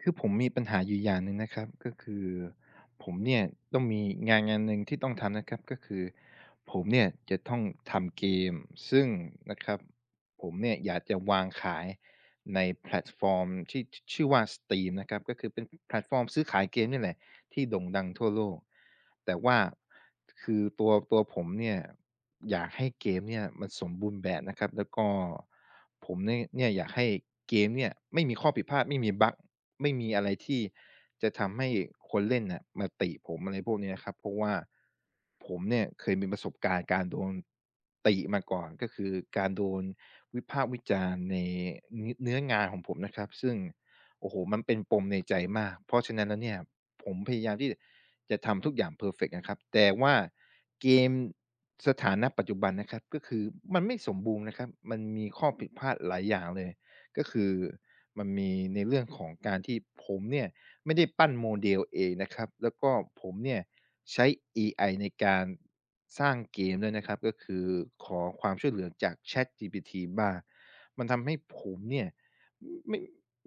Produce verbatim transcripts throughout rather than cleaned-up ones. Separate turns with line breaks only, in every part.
คือผมมีปัญหาอยู่อย่างหนึ่งนะครับก็คือผมเนี่ยต้องมีงานงานหนึ่งที่ต้องทำนะครับก็คือผมเนี่ยจะต้องทำเกมซึ่งนะครับผมเนี่ยอยากจะวางขายในแพลตฟอร์มที่ชื่อว่า Steam นะครับก็คือเป็นแพลตฟอร์มซื้อขายเกมนี่แหละที่โด่งดังทั่วโลกแต่ว่าคือตัวตัวผมเนี่ยอยากให้เกมเนี่ยมันสมบูรณ์แบบนะครับแล้วก็ผมเนี่ยเนี่ยอยากให้เกมเนี่ยไม่มีข้อผิดพลาดไม่มีบั๊ก ไม่มีอะไรที่จะทำให้คนเล่นน่ะมาติผมอะไรพวกเนี้ยครับเพราะว่าผมเนี่ยเคยมีประสบการณ์การโดนติมาก่อนก็คือการโดนวิพากษ์วิจารณ์ในเนื้อเนื้องานของผมนะครับซึ่งโอ้โฮมันเป็นปมในใจมากเพราะฉะนั้นแล้วเนี่ยผมพยายามที่จะทำทุกอย่างเพอร์เฟกต์นะครับแต่ว่าเกมสถานะปัจจุบันนะครับก็คือมันไม่สมบูรณ์นะครับมันมีข้อผิดพลาดหลายอย่างเลยก็คือ มันมีในเรื่องของการที่ผมเนี่ยไม่ได้ปั้นโมเดลเองนะครับแล้วก็ผมเนี่ยใช้เอไอในการสร้างเกมด้วยนะครับก็คือขอความช่วยเหลือจาก ChatGPT บ้างมันทำให้ผมเนี่ยไม่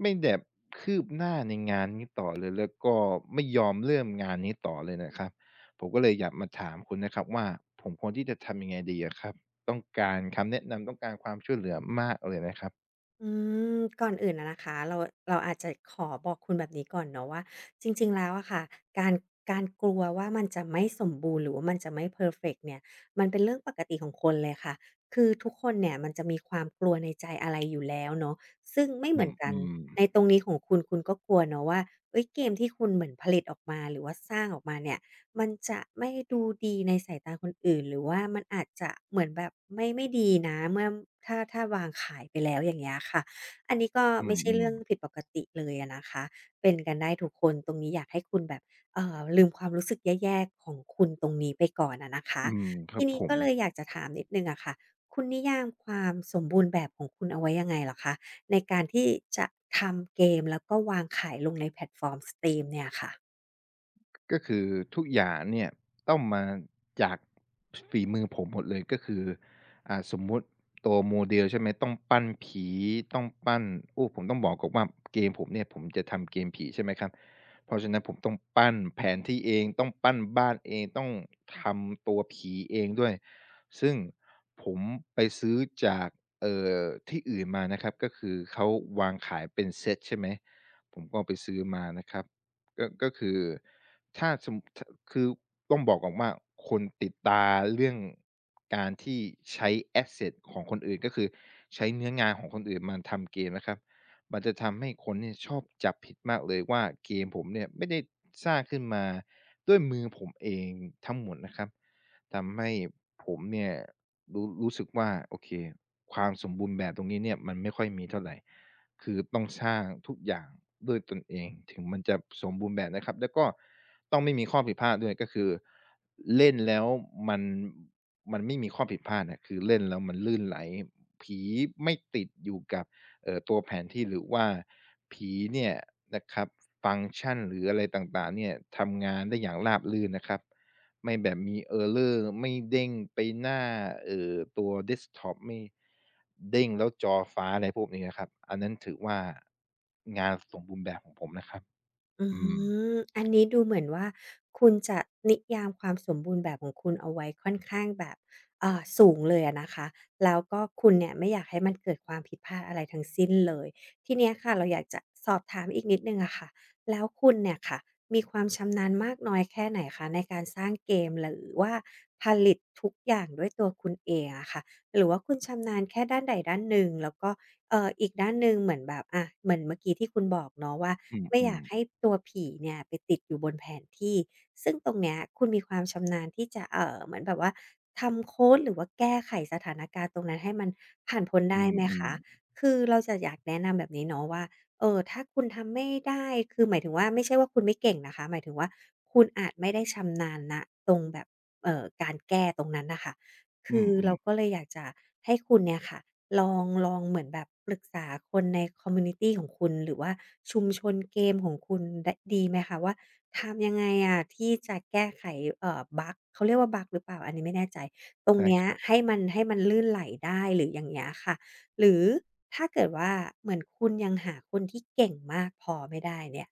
ไม่แบบคืบหน้าในงานนี้ต่อเลยแล้วก็ไม่ยอมเริ่มงานนี้ต่อเลยนะครับผมก็เลยอยากมาถามคุณนะครับว่าผมควรที่จะทำยังไงดีอะครับต้องการคำแนะนำต้องการความช่วยเหลือมากเลยนะครับ
อืมก่อนอื่นอะนะคะเราเราอาจจะขอบอกคุณแบบนี้ก่อนเนาะว่าจริงๆแล้วอะค่ะการการกลัวว่ามันจะไม่สมบูรณ์หรือว่ามันจะไม่เพอร์เฟกต์เนี่ยมันเป็นเรื่องปกติของคนเลยค่ะคือทุกคนเนี่ยมันจะมีความกลัวในใจอะไรอยู่แล้วเนาะซึ่งไม่เห
อื
มือนกัน
ม
ในตร
ๆ
งนี้ของคุณคุณก็กลัวเนาะว่าเฮ้ยเกมที่คุณเหมือนผลิตออกมาหรือว่าสร้างออกมาเนี่ย มันจะไม่ดูดีในสายตาคนอื่นหรือว่ามันอาจจะเหมือนแบบไม่ไม่ดีนะเมื่อถ้าถ้าวางขายไปแล้วอย่างเงี้ยค่ะอันนี้ก็
อื
ไม่
ม
ใช่
อืม
เรื่องผิดปกติเลยอะนะคะเป็นกันได้ทุกคนตรงนี้อยากให้คุณแบบเอ่อลืมความรู้สึกแย่ๆของคุณตรงนี้ไปก่อนอะนะคะ
อืมครั
ที
บ
นี้
ผ
ก็
ม
เลยอยากจะถามนิดหนึ่งอะค่ะคุณนิยามความสมบูรณ์แบบของคุณเอาไว้ยังไงเหรอคะในการที่จะทำเกมแล้วก็วางขายลงในแพลตฟอร์มสตรีมเนี่ยค่ะ
ก็คือทุกอย่างเนี่ยต้องมาจากฝีมือผมหมดเลยก็คืออ่าสมมุติตัว model ใช่ไหมต้องปั้นผีต้องปั้นโอ้ผมต้องบอกก่อนว่าเกมผมเนี่ยผมจะทำเกมผีใช่ไหมครับเพราะฉะนั้นผมต้องปั้นแผนที่เองต้องปั้นบ้านเองต้องทำตัวผีเองด้วยซึ่งผมไปซื้อจากเอ่อที่อื่นมานะครับก็คือเขาวางขายเป็นเซตใช่ไหมผมก็ไปซื้อมานะครับก็ก็คือ ถ้าสมมุถคือต้องบอกก่อนว่าคนติดตาเรื่องการที่ใช้แอกเซตของคนอื่นก็คือใช้เนื้องานของคนอื่นมาทำเกมนะครับมันจะทำให้คนเนี่ยชอบจับผิดมากเลยว่าเกมผมเนี่ยไม่ได้สร้างขึ้นมาด้วยมือผมเองทั้งหมดนะครับทำให้ผมเนี่ยรู้รู้สึกว่าโอเคความสมบูรณ์แบบตรงนี้เนี่ยมันไม่ค่อยมีเท่าไร คือต้องสร้างทุกอย่างด้วยตนเองถึงมันจะสมบูรณ์แบบนะครับแล้วก็ต้องไม่มีข้อผิดพลาดด้วยก็คือเล่นแล้วมันมันไม่มีข้อผิดพลาดอะคือเล่นแล้วมันลื่นไหลผีไม่ติดอยู่กับเอ่อตัวแผนที่หรือว่าผีเนี่ยนะครับฟังก์ชันหรืออะไรต่างๆเนี่ยทำงานได้อย่างราบรื่นนะครับ ไม่แบบมี Error ไม่เด้งไปหน้าเอ่อตัวเดสก์ท็อปไม่เด้งแล้วจอฟ้าอะไรพวกนี้อะครับอันนั้นถือว่างานสมบูรณ์แบบของผมนะครับ
อื
อืม
มอันนี้ดูเหมือนว่าคุณจะนิยามความสมบูรณ์แบบของคุณเอาไว้ค่อนข้างแบบเอ่อสูงเลยอะนะคะแล้วก็คุณเนี่ยไม่อยากให้มันเกิดความผิดพลาดอะไรทั้งสิ้นเลยทีเนี้ยค่ะเราอยากจะสอบถามอีกนิดหนึ่งอะค่ะแล้วคุณเนี่ยค่ะมีความชำนาญมากน้อยแค่ไหนคะในการสร้างเกมหรือว่าผลิตทุกอย่างด้วยตัวคุณเองอะค่ะหรือว่าคุณชำนาญแค่ด้านใดด้านหนึ่งแล้วก็ เอ่ออีกด้านหนึ่งเหมือนแบบอะเหมือนเมื่อกี้ที่คุณบอกเนาะว่า
อื
ไม่อ
ม
ยากให้ตัวผีเนี่ยไปติดอยู่บนแผนที่ซึ่งตรงเนี้ยคุณมีความชำนาญที่จะเอ่อเหมือนแบบว่าทำโค้ดหรือว่าแก้ไขสถานการณ์ตรงนั้นให้มันผ่านพ้น
ๆอื
ได้ไหม
ม
คะคือเราจะอยากแนะนำแบบนี้เนาะว่าเอ่อถ้าคุณทำไม่ได้คือหมายถึงว่าไม่ใช่ว่าคุณไม่เก่งนะคะหมายถึงว่าคุณอาจไม่ได้ชำนาญณตรงแบบเอ่อการแก้ตรงนั้นน่ะค่ะ
ๆอื
คือเรา
ม
ก็
ๆ
เลยอยากจะให้คุณเนี่ยค่ะลองลองเหมือนแบบปรึกษาคนในคอมมูนิตีของคุณหรือว่าชุมชนเกมของคุณไดดีไหมคะว่าทำยังไงอะที่จะแก้ไขเอ่อบักเขาเรียกว่าบักหรือเปล่าอันนี้ไม่แน่ใจตรง
ใช่
เนี้
ค
ย
รับ
ให้มันให้มันลื่นไหลได้หรืออย่างเงี้ยค่ะหรือถ้าเกิดว่าเหมือนคุณยังหาคนที่เก่งมากพอไม่ได้เนี่ย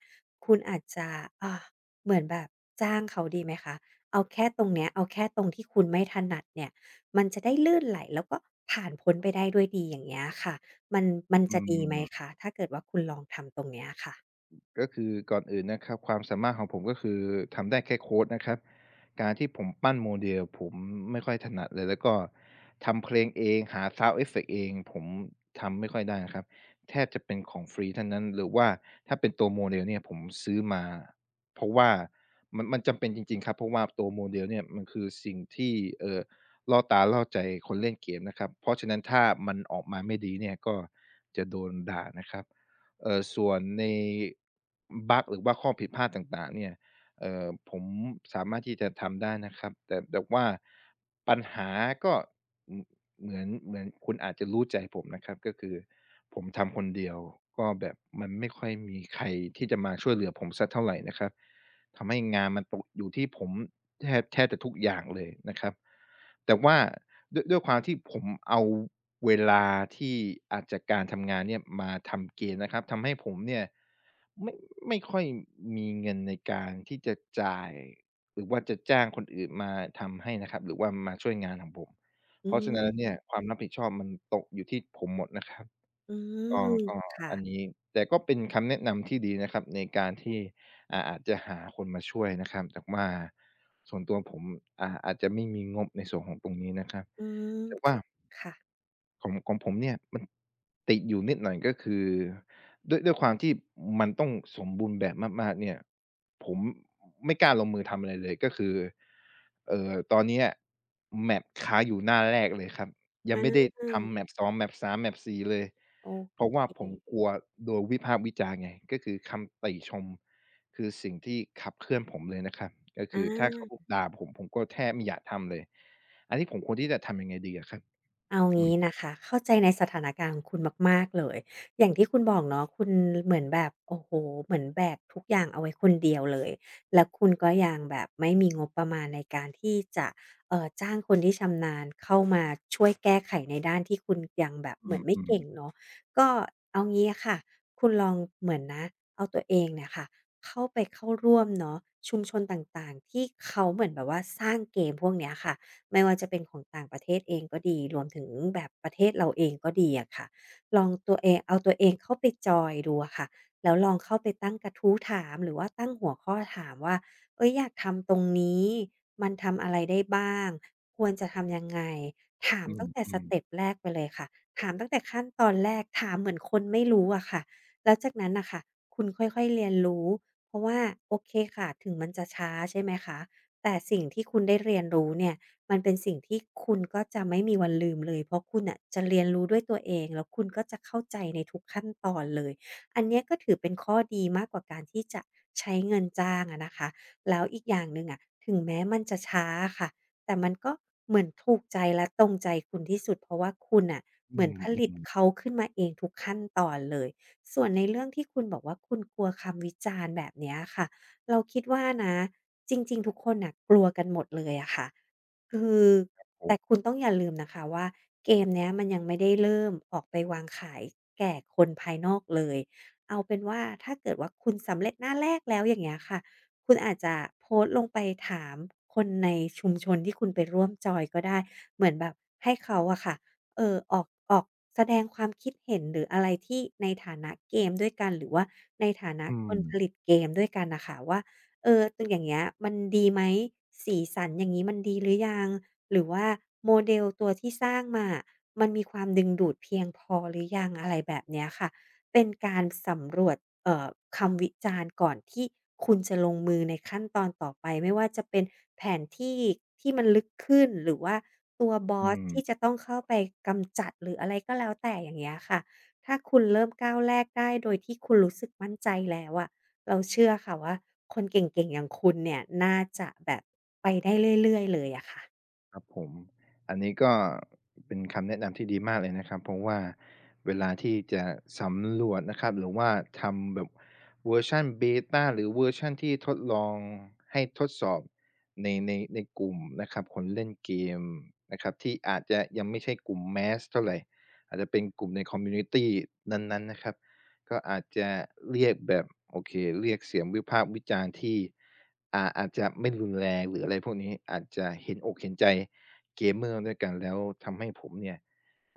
คุณอาจจะอ่าเหมือนแบบจ้างเขาดีไหมคะเอาแค่ตรงเนี้ยเอาแค่ตรงที่คุณไม่ถนัดเนี่ย มันจะได้ลื่นไหลแล้วก็ผ่านพ้นไปได้ด้วยดีอย่างเงี้ยค่ะมันมัน
อื
จะดีไหม
ม
คะถ้าเกิดว่าคุณลองทำตรงเนี้ยค่ะ
ก็คือก่อนอื่นนะครับความสามารถของผมก็คือทำได้แค่โคดนะครับการที่ผมปั้นโมเดลผมไม่ค่อยถนัดเลยแล้วก็ทำเพลงเองหา Sound e เอฟเฟกต์เองผมทำไม่ค่อยได้นะครับแทบจะเป็นของฟรีเท่านั้นหรือว่าถ้าเป็นตัวโมเดลเนี่ยผมซื้อมาเพราะว่ามันมันจำเป็นจริงๆครับเพราะว่าตัวโมเดลเนี่ยมันคือสิ่งที่เอ่อล่อตาล่อใจคนเล่นเกมนะครับเพราะฉะนั้นถ้ามันออกมาไม่ดีเนี่ยก็จะโดนด่านะครับ เอ่อส่วนในบักหรือว่าข้อผิดพลาดต่างๆเนี่ยเอ่อผมสามารถที่จะทำได้นะครับแต่แต่ว่าปัญหาก็อือเหมือนเหมือนคุณอาจจะรู้ใจผมนะครับก็คือผมทำคนเดียวก็แบบมันไม่ค่อยมีใครที่จะมาช่วยเหลือผมสักเท่าไรนะครับ ทำให้งานมันตกอยู่ที่ผมแทบแทบจะทุกอย่างเลยนะครับแต่ว่าด้วยด้วยความที่ผมเอาเวลาที่อ่าจจากการทำงานเนี่ยมาทำเกมนะครับทำให้ผมเนี่ยไม่ไม่ค่อยมีเงินในการที่จะจ่ายหรือว่าจะจ้างคนอื่นมาทำให้นะครับหรือว่ามาช่วยงานของผม
อื
เพราะฉะนั้นแล้วเนี่ย
ม
ความรับผิดชอบมันตกอยู่ที่ผมหมดนะครับ
อื
ก็
ม
ก็
ค่ะ
อันนี้แต่ก็เป็นคำแนะนำที่ดีนะครับในการที่ อ่าอาจจะหาคนมาช่วยนะครับแต่ว่าส่วนตัวผมอ่าอาจจะไม่มีงบในส่วนของตรงนี้นะครับ
อืม
แต่ว่า
ค่ะค่ะ
ของของผมเนี่ยมันติดอยู่นิดหน่อยก็คือด้วยด้วยความที่มันต้องสมบูรณ์แบบมากๆเนี่ยผมไม่กล้าลงมือทำอะไรเลยก็คือเอ่อตอนเนี้ย map ค้างอยู่หน้าแรกเลยครับ
อ
ยังไม่ได้ทำ map
า
สอง map สาม map สี่เลย
โอ
เพราะว่า
เ
ผมก
ค
ลัวโดนวิพากษ์วิจารณ์ไงก็คือคำติชมคือสิ่งที่ขับเคลื่อนผมเลยนะครับก็คือถ้าเขา
อา
ด่าผมผมก็แทบไม่อยากทำเลยอันนี้ผมควรที่จะทำยังไงดีอะครับ
เอางี้นะคะเข้าใจในสถานการณ์ของคุณมากๆเลยอย่างที่คุณบอกเนาะคุณเหมือนแบบโอ้โฮเหมือนแบกทุกอย่างเอาไว้คนเดียวเลยแล้วคุณก็ยังแบบไม่มีงบประมาณในการที่จะเอ่อจ้างคนที่ชำนาญเข้ามาช่วยแก้ไขในด้านที่คุณยังแบบ
อ
เหมือนไม่
ืม
เก่ง
ๆ
เนาะก็เอางี้อะค่ะคุณลองเหมือนนะเอาตัวเองเนี่ยค่ะเข้าไปเข้าร่วมเนาะชุมชนต่างๆที่เขาเหมือนแบบว่าสร้างเกมพวกเนี้ยค่ะ ไม่ว่าจะเป็นของต่างประเทศเองก็ดีรวมถึงแบบประเทศเราเองก็ดีอะค่ะลองตัวเองเอาตัวเองเข้าไปจอยดูอะค่ะแล้วลองเข้าไปตั้งกระทู้ถามหรือว่าตั้งหัวข้อถามว่าเฮ้ยอยากทำตรงนี้มันทำอะไรได้บ้างควรจะทำยังไงถาม
อื
ตั้งแต่ส
ม
เต็ป
ๆ
แรกไปเลยค่ะถามตั้งแต่ขั้นตอนแรกถามเหมือนคนไม่รู้อะค่ะแล้วจากนั้นน่ะค่ะคุณค่อยๆเรียนรู้เพราะว่าโอเคค่ะถึงมันจะช้าใช่ไหมคะแต่สิ่งที่คุณได้เรียนรู้เนี่ย มันเป็นสิ่งที่คุณก็จะไม่มีวันลืมเลยเพราะคุณน่ะจะเรียนรู้ด้วยตัวเองแล้วคุณก็จะเข้าใจในทุกขั้นตอนเลยอันเนี้ยก็ถือเป็นข้อดีมากกว่าการที่จะใช้เงินจ้างอะนะคะแล้วอีกอย่างหนึ่งอะถึงแม้มันจะช้าอะค่ะแต่มันก็เหมือนถูกใจและตรงใจคุณที่สุดเพราะว่าคุณน่ะ
อื
เหมือนผลิต
ม
เขา
ๆ
ขึ้นมาเองทุกขั้นตอนเลยส่วนในเรื่องที่คุณบอกว่าคุณกลัวคำวิจารณ์แบบเนี้ยค่ะเราคิดว่านะจริงๆทุกคนน่ะกลัวกันหมดเลยอะค่ะ คือ
โอ
แต่
้
คุณต้องอย่าลืมนะคะว่าเกมเนี้ยมันยังไม่ได้เริ่มออกไปวางขายแก่คนภายนอกเลยเอาเป็นว่าถ้าเกิดว่าคุณสำเร็จหน้าแรกแล้วอย่างเงี้ยค่ะคุณอาจจะโพสต์ลงไปถามคนในชุมชนที่คุณไปร่วมจอยก็ได้เหมือนแบบให้เขาอะค่ะเอ่อออกออกแสดงความคิดเห็นหรืออะไรที่ในฐานะเกมด้วยกันหรือว่าในฐานะ
อื
คนผลิ
ม
ตเกมด้วยกันน่ะค่ะว่า เออตรงอย่างเงี้ยมันดีไหมสีสันอย่างงี้มันดีหรือยังหรือว่าโมเดลตัวที่สร้างมาอะมันมีความดึงดูดเพียงพอหรือยังอะไรแบบเนี้ยค่ะเป็นการสำรวจเอ่อคำวิจารณ์ก่อนที่คุณจะลงมือในขั้นตอนต่อไปไม่ว่าจะเป็นแผนที่ที่มันลึกขึ้นหรือว่าตัวบอ
อื
ส
ม
ที่จะต้องเข้าไปกำจัดหรืออะไรก็แล้วแต่อย่างเงี้ยค่ะถ้าคุณเริ่มก้าวแรกได้โดยที่คุณรู้สึกมั่นใจแล้วอะ เราเชื่อค่ะว่าคนเก่งๆอย่างคุณเนี่ยน่าจะแบบไปได้เรื่อยๆเลยอะค่ะ
ครับผมอันนี้ก็เป็นคำแนะนำที่ดีมากเลยนะครับเพราะว่าเวลาที่จะสำรวจนะครับหรือว่าทำแบบเวอร์ชันเบตาหรือเวอร์ชันที่ทดลองให้ทดสอบในในในกลุ่มนะครับคนเล่นเกมนะครับที่อาจจะยังไม่ใช่กลุ่มแมสเท่าไหรอาจจะเป็นกลุ่มในคอมมูนิตีนั้นๆนะครับก็อาจจะเรียกแบบโอเคเรียกเสียงวิพากษ์วิจารณ์ที่ อ่าอาจจะไม่รุนแรงหรืออะไรพวกนี้อาจจะเห็นอกเห็นใจ gamer ด้วยกันแล้วทำให้ผมเนี่ย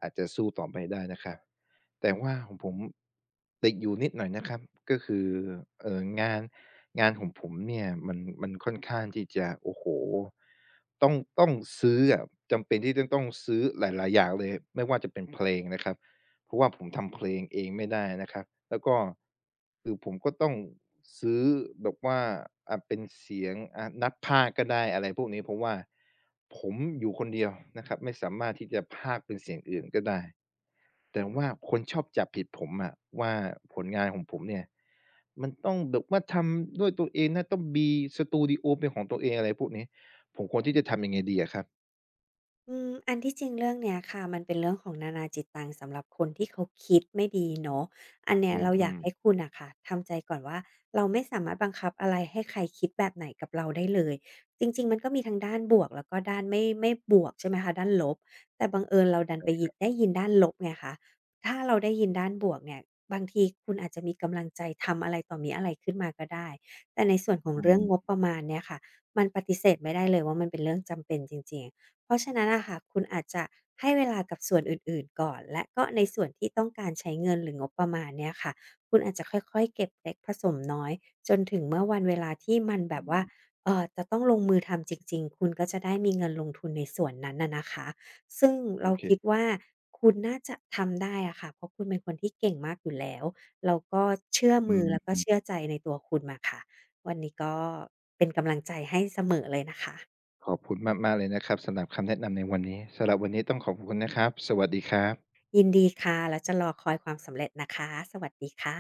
อาจจะสู้ต่อไปได้นะครับแต่ว่าของผมติดอยู่นิดหน่อยนะครับก็คือเอ่องานงานของผมเนี่ยมันมันค่อนข้างที่จะโอ้โฮต้องต้องซื้ออะจำเป็นที่จะต้องซื้อหลายๆอย่างเลยไม่ว่าจะเป็นเพลงนะครับ เพราะว่าผมทำเพลงเองไม่ได้นะครับแล้วก็คือผมก็ต้องซื้อแบบว่าอ่าเป็นเสียงอ่านักพากย์ก็ได้อะไรพวกนี้เพราะว่าผมอยู่คนเดียวนะครับไม่สามารถที่จะพากย์เป็นเสียงอื่นก็ได้แต่ว่าคนชอบจับผิดผมอะว่าผลงานของผมเนี่ยมันต้องแบบว่าทำด้วยตัวเองนะต้องมีสตูดิโอเป็นของตัวเองอะไรพวกนี้ผมควรที่จะทำยังไงดีอะครับ
อืมอันที่จริงเรื่องเนี้ยค่ะมันเป็นเรื่องของนานาจิตตังสำหรับคนที่เขาคิดไม่ดีเนาะอันเนี้ย
อื
เราอยาก
มๆ
ให้คุณน่ะค่ะทำใจก่อนว่าเราไม่สามารถบังคับอะไรให้ใครคิดแบบไหนกับเราได้เลยจริงๆมันก็มีทั้งด้านบวกแล้วก็ด้านไม่ไม่บวกใช่ไหมคะด้านลบแต่บังเอิญเราดันไปยินได้ยินด้านลบไงคะถ้าเราได้ยินด้านบวกเนี่ยบางทีคุณอาจจะมีกำลังใจทำอะไรต่อมีอะไรขึ้นมาก็ได้แต่ในส่วนของ
อื
เรื่องงบประมาณเนี่ยค่ะมันปฏิเสธไม่ได้เลยว่ามันเป็นเรื่องจำเป็นจริงๆ เพราะฉะนั้นอะค่ะคุณอาจจะให้เวลากับส่วนอื่นๆก่อนและก็ในส่วนที่ต้องการใช้เงินหรืองบประมาณเนี่ยค่ะคุณอาจจะค่อยๆเก็บเล็กผสมน้อยจนถึงเมื่อวันเวลาที่มันแบ
ม
บว่า
ๆ
เอ่อจะต้องลงมือทำจริงๆคุณก็จะได้มีเงินลงทุนในส่วนนั้นน่ะนะคะซึ่ง
โอ
เรา
เค
คิดว่าคุณน่าจะทำได้อะค่ะเพราะคุณเป็นคนที่เก่งมากอยู่แล้วเราก็เชื่อ
อื
มือ
ม
แล้วก็เชื่อใจในตัวคุณมาค่ะวันนี้ก็เป็นกำลังใจให้เสมอเลยนะคะ
ขอบคุณมากๆเลยนะครับสำหรับคำแนะนำในวันนี้สำหรับวันนี้ต้องขอบคุณนะครับสวัสดีครับ
ยินดีค่ะแล้วจะรอคอยความสำเร็จนะคะ สวัสดีค่ะ